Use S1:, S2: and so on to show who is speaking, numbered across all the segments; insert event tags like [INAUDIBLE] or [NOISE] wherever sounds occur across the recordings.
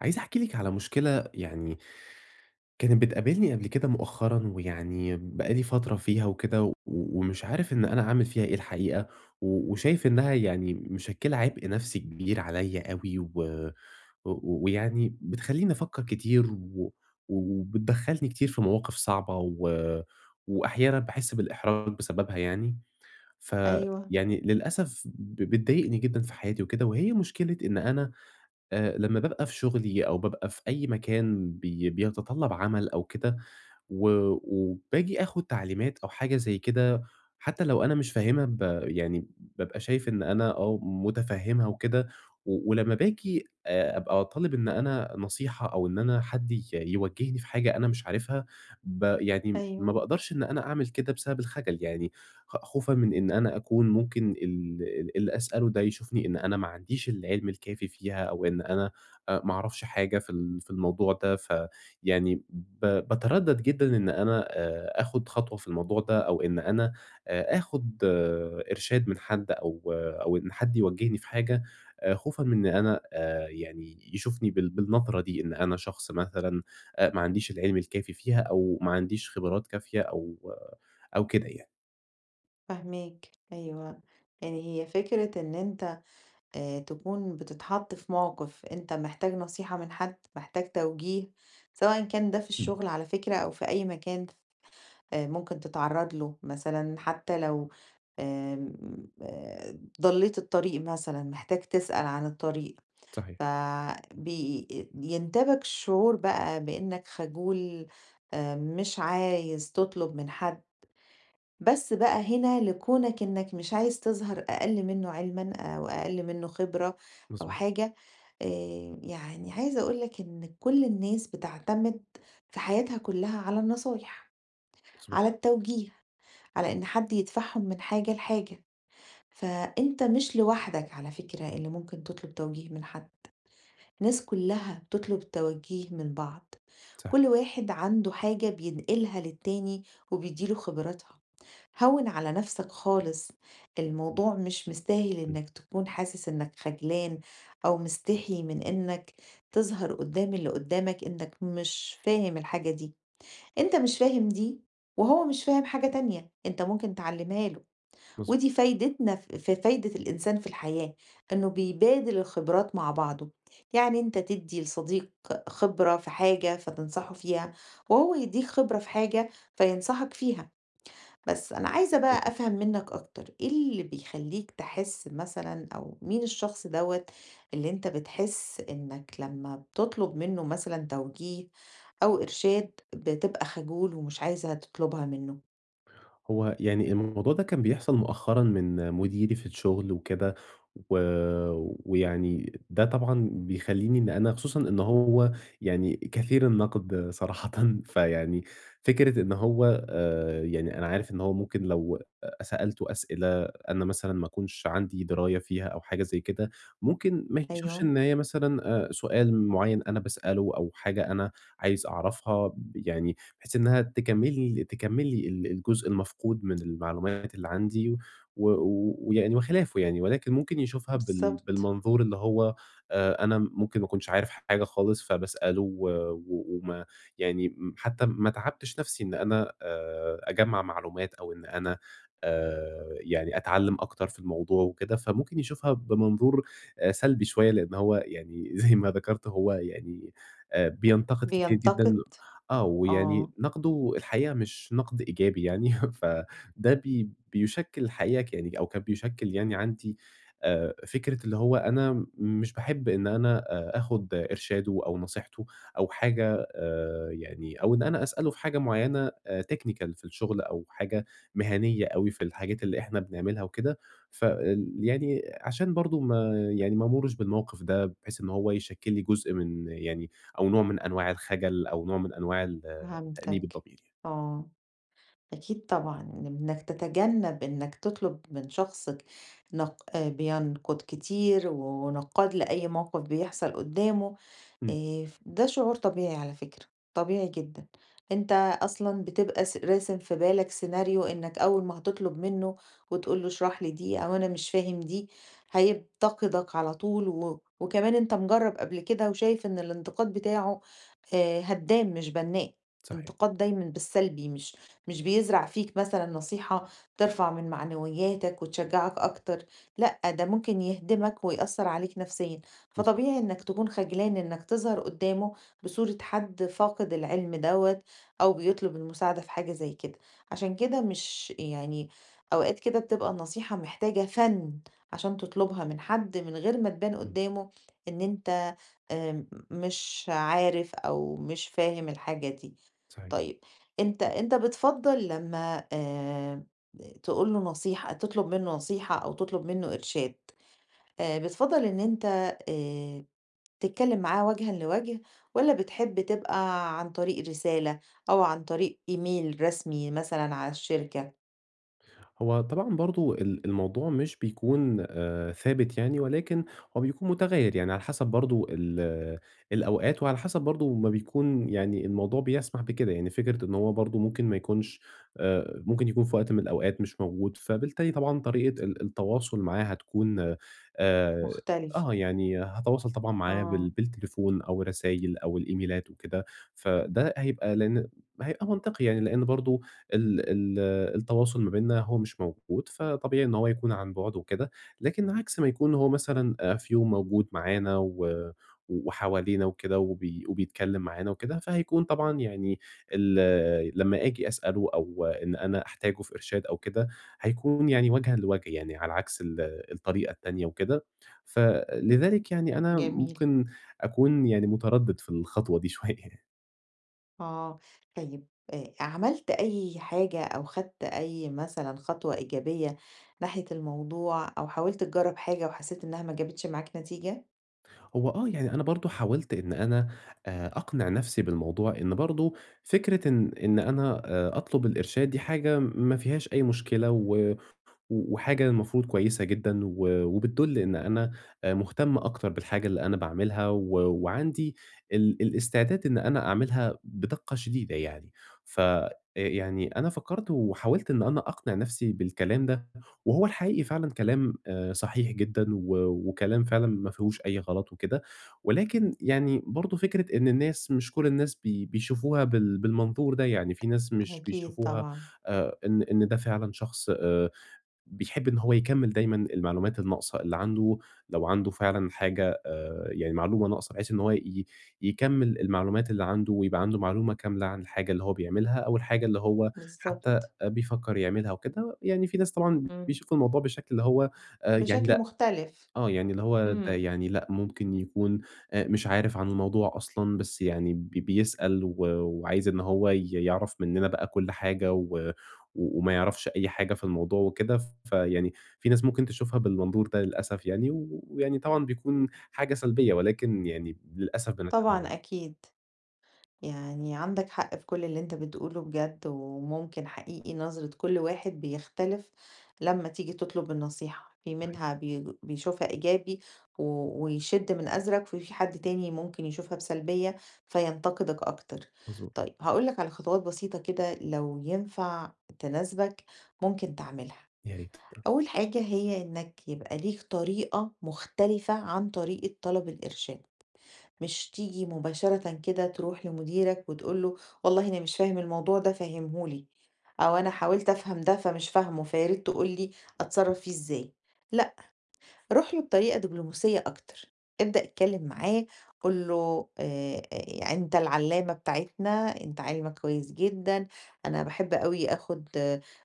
S1: عايز أحكي لِك على مشكلة يعني كانت بتقابلني قبل كده مؤخرًا، ويعني بقى لي فترة فيها وكده، و ومش عارف إن أنا أعمل فيها إيه الحقيقة، و وشايف إنها يعني مشكلة عبء نفسي كبير عليّا أوي، و و ويعني بتخلّيني أفكّر كتير، و وبتدخّلني كتير في مواقف صعبة، و وأحيانًا باحس بالإحراج بسببها يعني،
S2: أيوه،
S1: فيعني للأسف بتضايقني جدًا في حياتي وكده، وهي مشكلة إن أنا لمّا بابقى في شغلي أو بابقى في أي مكان بيتطلّب عمل أو كده، و وباجي آخُد تعليمات أو حاجة زي كده، حتى لو أنا مش فاهمها يعني بابقى شايف إن أنا آه مُتفهِّمها وكده، و ولمّا باجي أبقى طالب إن أنا نصيحة أو إن أنا حد يوجّهني في حاجة أنا مش عارفها، يعني ما
S2: أيوه،
S1: باقدرش إن أنا أعمل كده بسبب الخجل، يعني خوفًا من إن أنا أكون ممكن ال ال اللي أسأله ده يشوفني إن أنا ما عنديش العلم الكافي فيها أو إن أنا ما أعرفش حاجة في الموضوع ده. يعني باتردد جدًا إن أنا آخُد خطوة في الموضوع ده أو إن أنا آخُد إرشاد من حد أو إن حد يوجّهني في حاجة، خوفًا من إن أنا يعني يشوفني بالنظرة دي إن أنا شخص مثلًا ما عنديش العلم الكافي فيها أو ما عنديش خبرات كافية أو كده يعني.
S2: فاهماك، أيوه. يعني هي فكرة إن أنت تكون بتتحَط في موقِف أنت محتاج نصيحة من حد، محتاج توجيه، سواء كان ده في
S1: إمم.
S2: الشغل على فكرة أو في أي مكان ممكن تتعرّض له، مثلًا حتى لو آمم ضلّيت الطريق مثلًا، محتاج تسأل عن الطريق، ف
S1: صحيح.
S2: بي ينتابك شعور بقى بإنّك خجول، مش عايز تطلب من حد. بس بقى هنا لكونك إنك مش عايز تظهر أقل منه علمًا أو أقل منه خبرة أو
S1: مضبوط،
S2: حاجة، يعني عايزة أقول لك إن كل الناس بتعتمد في حياتها كلها على النصايح،
S1: مضبوط.
S2: على التوجيه، على إن حد يدفعهم من حاجة لحاجة، فأنت مش لوحدك على فكرة اللي ممكن تطلب توجيه من حد. ناس كلها بتطلب توجيه من بعض.
S1: صحيح.
S2: كل واحد عنده حاجة بينقلها للتاني وبيديله خبراتها. هون على نفسك خالص. الموضوع مش مستاهل
S1: إمم.
S2: انك تكون حاسس انك خجلان او مستحي من انك تظهر قدام اللي قدامك انك مش فاهم الحاجة دي. انت مش فاهم دي وهو مش فاهم حاجة تانية انت ممكن تعلمها له.
S1: مضبوط،
S2: ودي فايدتنا في فايدة الإنسان في الحياة، إنه بيبادل الخبرات مع بعضه، يعني أنت تدّي لصديق خبرة في حاجة فتنصحه فيها، وهو يدّيك خبرة في حاجة فينصحك فيها، بس أنا عايزة بقى
S1: مضبوط.
S2: أفهم منّك أكتر، إيه اللي بيخلّيك تحس مثلًا أو مين الشخص دوّة اللي أنت بتحس إنّك لمّا بتطلب منّه مثلًا توجيه أو إرشاد بتبقى خجول ومش عايزة تطلبها منّه؟
S1: هو يعني الموضوع ده كان بيحصل مؤخرًا من مديري في الشغل وكده، و ويعني ده طبعًا بيخلّيني إن أنا خصوصًا إن هو يعني كثير النقد صراحةً، [LAUGHS] فيعني فكرة إن هو يعني أنا عارف إن هو ممكن لو سألته أسئلة أنا مثلًا ما أكونش عندي دراية فيها أو حاجة زي كده، ممكن ما يشوفش
S2: أيوه،
S1: إن هي مثلًا سؤال معيّن أنا باسأله أو حاجة أنا عايز أعرفها، يعني بحيث إنها تكمّل تكمّل لي الجزء المفقود من المعلومات اللي عندي و و ويعني وخلافه يعني، ولكن ممكن يشوفها بال
S2: بالضبط،
S1: بالمنظور اللي هو أنا ممكن ما أكونش عارف حاجة خالص فباسأله و و وما يعني حتى ما تعبتش نَفْسي إن أنا أجمّع معلومات أو إن أنا يعني أتعلّم أكتر في الموضوع وكده، فممكن يشوفها بمنظور سلبي شوية لإن هو يعني [LAUGHS] زي ما ذكرت هو يعني بينتقد كتير جدًا.
S2: بينتقد.
S1: آه، ويعني
S2: آه،
S1: نقده الحقيقة مش نقد إيجابي يعني [LAUGHS] فده بيشكِّل الحقيقة يعني أو كان بيشكِّل يعني عندي فكرة اللي هو أنا مش باحب إن أنا آخُد إرشاده أو نصيحته أو حاجة، يعني أو إن أنا أسأله في حاجة معيّنة technical في الشغل أو حاجة مهنية أوي في الحاجات اللي إحنا بنعملها وكده، يعني عشان برضه ما يعني ما أمُرّش بالموقف ده بحيث إن هو يشكِّل لي جزء من يعني أو نوع من أنواع الخجل أو نوع من أنواع تأنيب
S2: فهمتك،
S1: الضمير يعني.
S2: آه، أكيد طبعًا إنك تتجنب إنك تطلب من شخصك نق آه، بينقد كتير ونقاد لأي موقف بيحصل قدامه.
S1: إمم.
S2: ف ده شعور طبيعي على فكرة، طبيعي جدًا. أنت أصلًا بتبقى راسم في بالك سيناريو إنك أول ما هتطلب منّه وتقول له اشرح لي دي أو أنا مش فاهم دي، هينتقدك على طول و وكمان أنت مجرّب قبل كده وشايف إن الانتقاد بتاعه هدّام مش بنّاء،
S1: صحيح.
S2: انتقاد دايمًا بالسلبي مش بيزرع فيك مثلًا نصيحة ترفع من معنوياتك وتشجّعك أكتر، لأ ده ممكن يهدمك ويأثّر عليك نفسيًا.
S1: مضبوط.
S2: فطبيعي إنك تكون خجلان إنك تظهر قدامه بصورة حد فاقد العلم دوّة أو بيطلب المساعدة في حاجة زي كده، عشان كده مش يعني أوقات كده بتبقى النصيحة محتاجة فَن عشان تطلبها من حد من غير ما تبان
S1: إمم.
S2: قدامه إن أنت مش عارف أو مش فاهم الحاجة دي.
S1: صحيح.
S2: طيب أنت بتفضّل لمّا تقول له نصيحة تطلب منه نصيحة أو تطلب منه إرشاد، بتفضّل إن أنت آآ تتكلم معاه وجهًا لوجه، والّا بتحب تبقى عن طريق رسالة أو عن طريق إيميل رسمي مثلًا على الشركة؟
S1: هو طبعًا برضه الموضوع مش بيكون ثابت يعني، ولكن هو بيكون متغيّر، يعني على حسب برضه الأوقات، وعلى حسب برضه ما بيكون يعني الموضوع بيسمح بكده، يعني فكرة إن هو برضه ممكن ما يكونش ممكن يكون في وقت من الأوقات مش موجود، فبالتالي طبعًا طريقة التواصل معاه هتكون آه،
S2: مختلف،
S1: يعني هاتواصل طبعًا معاه بال
S2: آه،
S1: بالتليفون أو الرسايل أو الإيميلات وكده، فده هيبقى لإن هيبقى منطقي يعني، لإن برضه ال ال التواصل ما بيننا هو مش موجود، فطبيعي إن هو يكون عن بُعد وكده، لكن عكس ما يكون هو مثلًا في يوم موجود معانا و وحوالينا وكده وبيتكلّم معانا وكده، فهيكون طبعًا يعني لمّا آجي أسأله أو إن أنا أحتاجه في إرشاد أو كده، هيكون يعني وجهًا لوجه يعني على عكس الطريقة التانية وكده، فلذلك يعني أنا
S2: جميل.
S1: ممكن أكون يعني متردد في الخطوة دي [LAUGHS] شوية.
S2: آه، طيب عملت أي حاجة أو خدت أي مثلًا خطوة إيجابية ناحية الموضوع، أو حاولت تجرّب حاجة وحسيت إنها ما جابتش معاك نتيجة؟
S1: هو آه، يعني أنا برضه حاولت إن أنا أقنع نَفْسي بالموضوع، إن برضه فكرة إن أنا أطلب الإرشاد دي حاجة ما فيهاش أي مشكلة و و وحاجة المفروض كويسة جدًا و وبتدُل إن أنا مهتم أكتر بالحاجة اللي أنا باعملها و وعندي الاستعداد إن أنا أعملها بدقة شديدة يعني. ف يعني أنا فكّرت وحاولت إن أنا أقنع نَفْسي بالكلام ده، وهو الحقيقي فعلًا كلام صحيح جدًا و وكلام فعلًا ما فيهوش أي غلط وكده، ولكن يعني برضه فكرة إن الناس مش كل الناس بيشوفوها بالمنظور ده، يعني في ناس مش
S2: أكيد
S1: بيشوفوها
S2: طبعًا،
S1: إن ده فعلًا شخص بيحب إن هو يكمّل دايمًا المعلومات الناقصة اللي عنده، لو عنده فعلًا حاجة يعني معلومة ناقصة بحيث إن هو يكمّل المعلومات اللي عنده ويبقى عنده معلومة كاملة عن الحاجة اللي هو بيعملها أو الحاجة اللي هو حتى
S2: بالضبط،
S1: بيفكّر يعملها وكده. يعني في ناس طبعًا
S2: إمم،
S1: بيشوفوا الموضوع بالشكل اللي هو يعني
S2: بشكل
S1: لأ،
S2: مختلف،
S1: يعني اللي هو ده
S2: إمم،
S1: يعني لأ، ممكن يكون مش عارف عن الموضوع أصلًا، بس يعني بيسأل و وعايز إن هو يعرف مننا بقى كل حاجة و و- وما يعرفش أي حاجة في الموضوع وكده، فيعني في ناس ممكن تشوفها بالمنظور ده للأسف يعني، و- ويعني طبعًا بيكون حاجة سلبية، ولكن يعني للأسف
S2: طبعًا
S1: بنتجنبها.
S2: أكيد. يعني عندك حق في كل اللي انت بتقوله بجد وممكن حقيقي نظرة كل واحد بيختلف لما تيجي تطلب النصيحة في
S1: صحيح.
S2: منها بيشوفها إيجابي و- ويشد من أزرك وفي حد تاني ممكن يشوفها بسلبية فينتقدك أكتر.
S1: مضبوط.
S2: طيب هقولك على خطوات بسيطة كده لو ينفع تناسبك ممكن تعملها.
S1: يا ريت، آه.
S2: أول حاجة هي إنك يبقى ليك طريقة مختلفة عن طريقة طلب الإرشاد مش تيجي مباشرةً كده تروح لمديرك وتقول له والله أنا مش فاهم الموضوع ده فهمه لي، أو أنا حاولت أفهم ده فمش فاهمه فياريت تقول لي أتصرّف فيه إزاي. لأ روح له بطريقة دبلوماسية أكتر، ابدأ اتكلم معاه قُل له أنت العلّامة بتاعتنا، أنت علمك كويس جدًا، أنا باحب أوي آخُد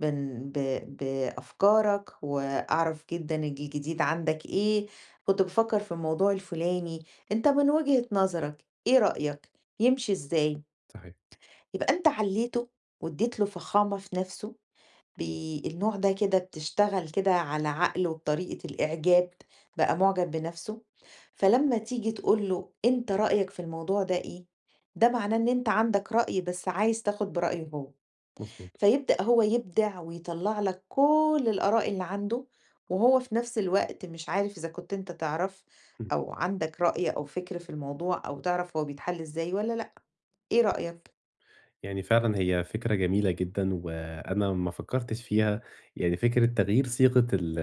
S2: من بأفكارك وأعرف جدًا الجديد عندك إيه، كنت بافكّر في الموضوع الفلاني، أنت من وجهة نظرك إيه رأيك، يمشي إزاي؟
S1: صحيح.
S2: يبقى أنت علّيته وادّيت له فخامة في نَفْسه النوع ده كده بتشتغل كده على عقله بطريقة الإعجاب، بقى مُعجب بنَفْسه، فلمّا تيجي تقول له أنت رأيك في الموضوع ده إيه، ده معناه إن أنت عندك رأي بس عايز تاخد برأيه هو،
S1: مضبوط.
S2: فيبدأ هو يبدع ويطلّع لك كل الآراء اللي عنده، وهو في نَفْس الوقت مش عارف إذا كنت أنت تعرف
S1: إمم.
S2: أو عندك رأي أو فكر في الموضوع أو تعرف هو بيتحل إزاي والّا لأ، إيه رأيك؟
S1: يعني فعلًا هي فكرة جميلة جدًا، وأنا ما فكّرتش فيها، يعني فكرة تغيير صيغة ال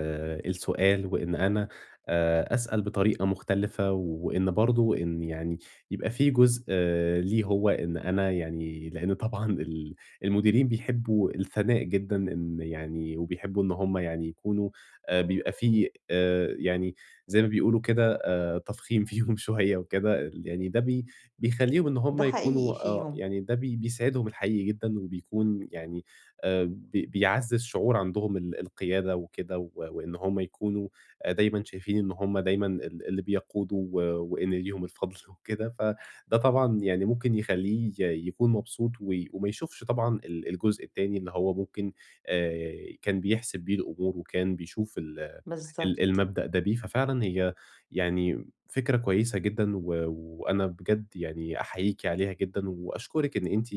S1: السؤال، وإن أنا أسأل بطريقة مختلفة، وإن برضه إن يعني يبقى في جزء، ليه هو إن أنا يعني لإن طبعًا المديرين بيحبّوا الثناء جدًا، إن يعني وبيحبّوا إن هُم يعني يكونوا بيبقى في يعني زي ما بيقولوا كده آه، تفخيم [LAUGHS] فيهم شوية وكده، يعني ده بيخلّيهم إن هم
S2: ده حقيقي
S1: يكونوا،
S2: فيهم،
S1: يعني ده بيساعدهم الحقيقي جدًا وبيكون يعني بي بيعزّز شعور عندهم القيادة وكده و وإن هم يكونوا دايمًا شايفين إن هم دايمًا اللي بيقودوا و وإن ليهم الفضل [LAUGHS] وكده، فده طبعًا يعني ممكن يخلّيه يكون مبسوط وي وما يشوفش طبعًا الجزء التاني اللي هو ممكن آآ كان بيحسب بيه الأمور وكان بيشوف ال ال
S2: بالضبط،
S1: المبدأ ده بيه، ففعلًا هي يعني فكرة كويسة جدًا و وأنا بجد يعني أحييكِ عليها جدًا وأشكرِك إن أنتِ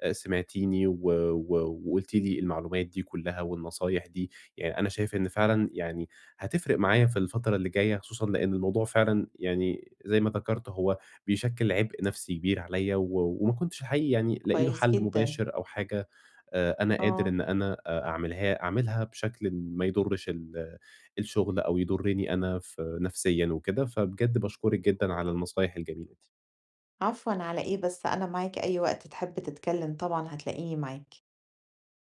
S1: سمعتيني و و وقُلتِ لي المعلومات دي كلّها والنصايح دي، يعني أنا شايف إن فعلًا يعني هتفرق معايا في الفترة اللي جاية، خصوصًا لإن الموضوع فعلًا يعني زي ما ذكرت هو بيشكِّل عبء نفسي كبير عليّا و وما كنتش الحقيقي يعني لاقي له
S2: كويس
S1: حل
S2: جدًا،
S1: مباشر أو حاجة أنا قادر
S2: آه.
S1: إن أنا أ أعملها أعملها بشكل ما يضرّش الشغل أو يضرّني أنا في نفسيًا وكده، فبجد باشكرِك جدًا على النصايح الجميلة دي.
S2: عفوًا على إيه بس أنا معاك أي وقت تحب تتكلم طبعًا هتلاقيني معاك.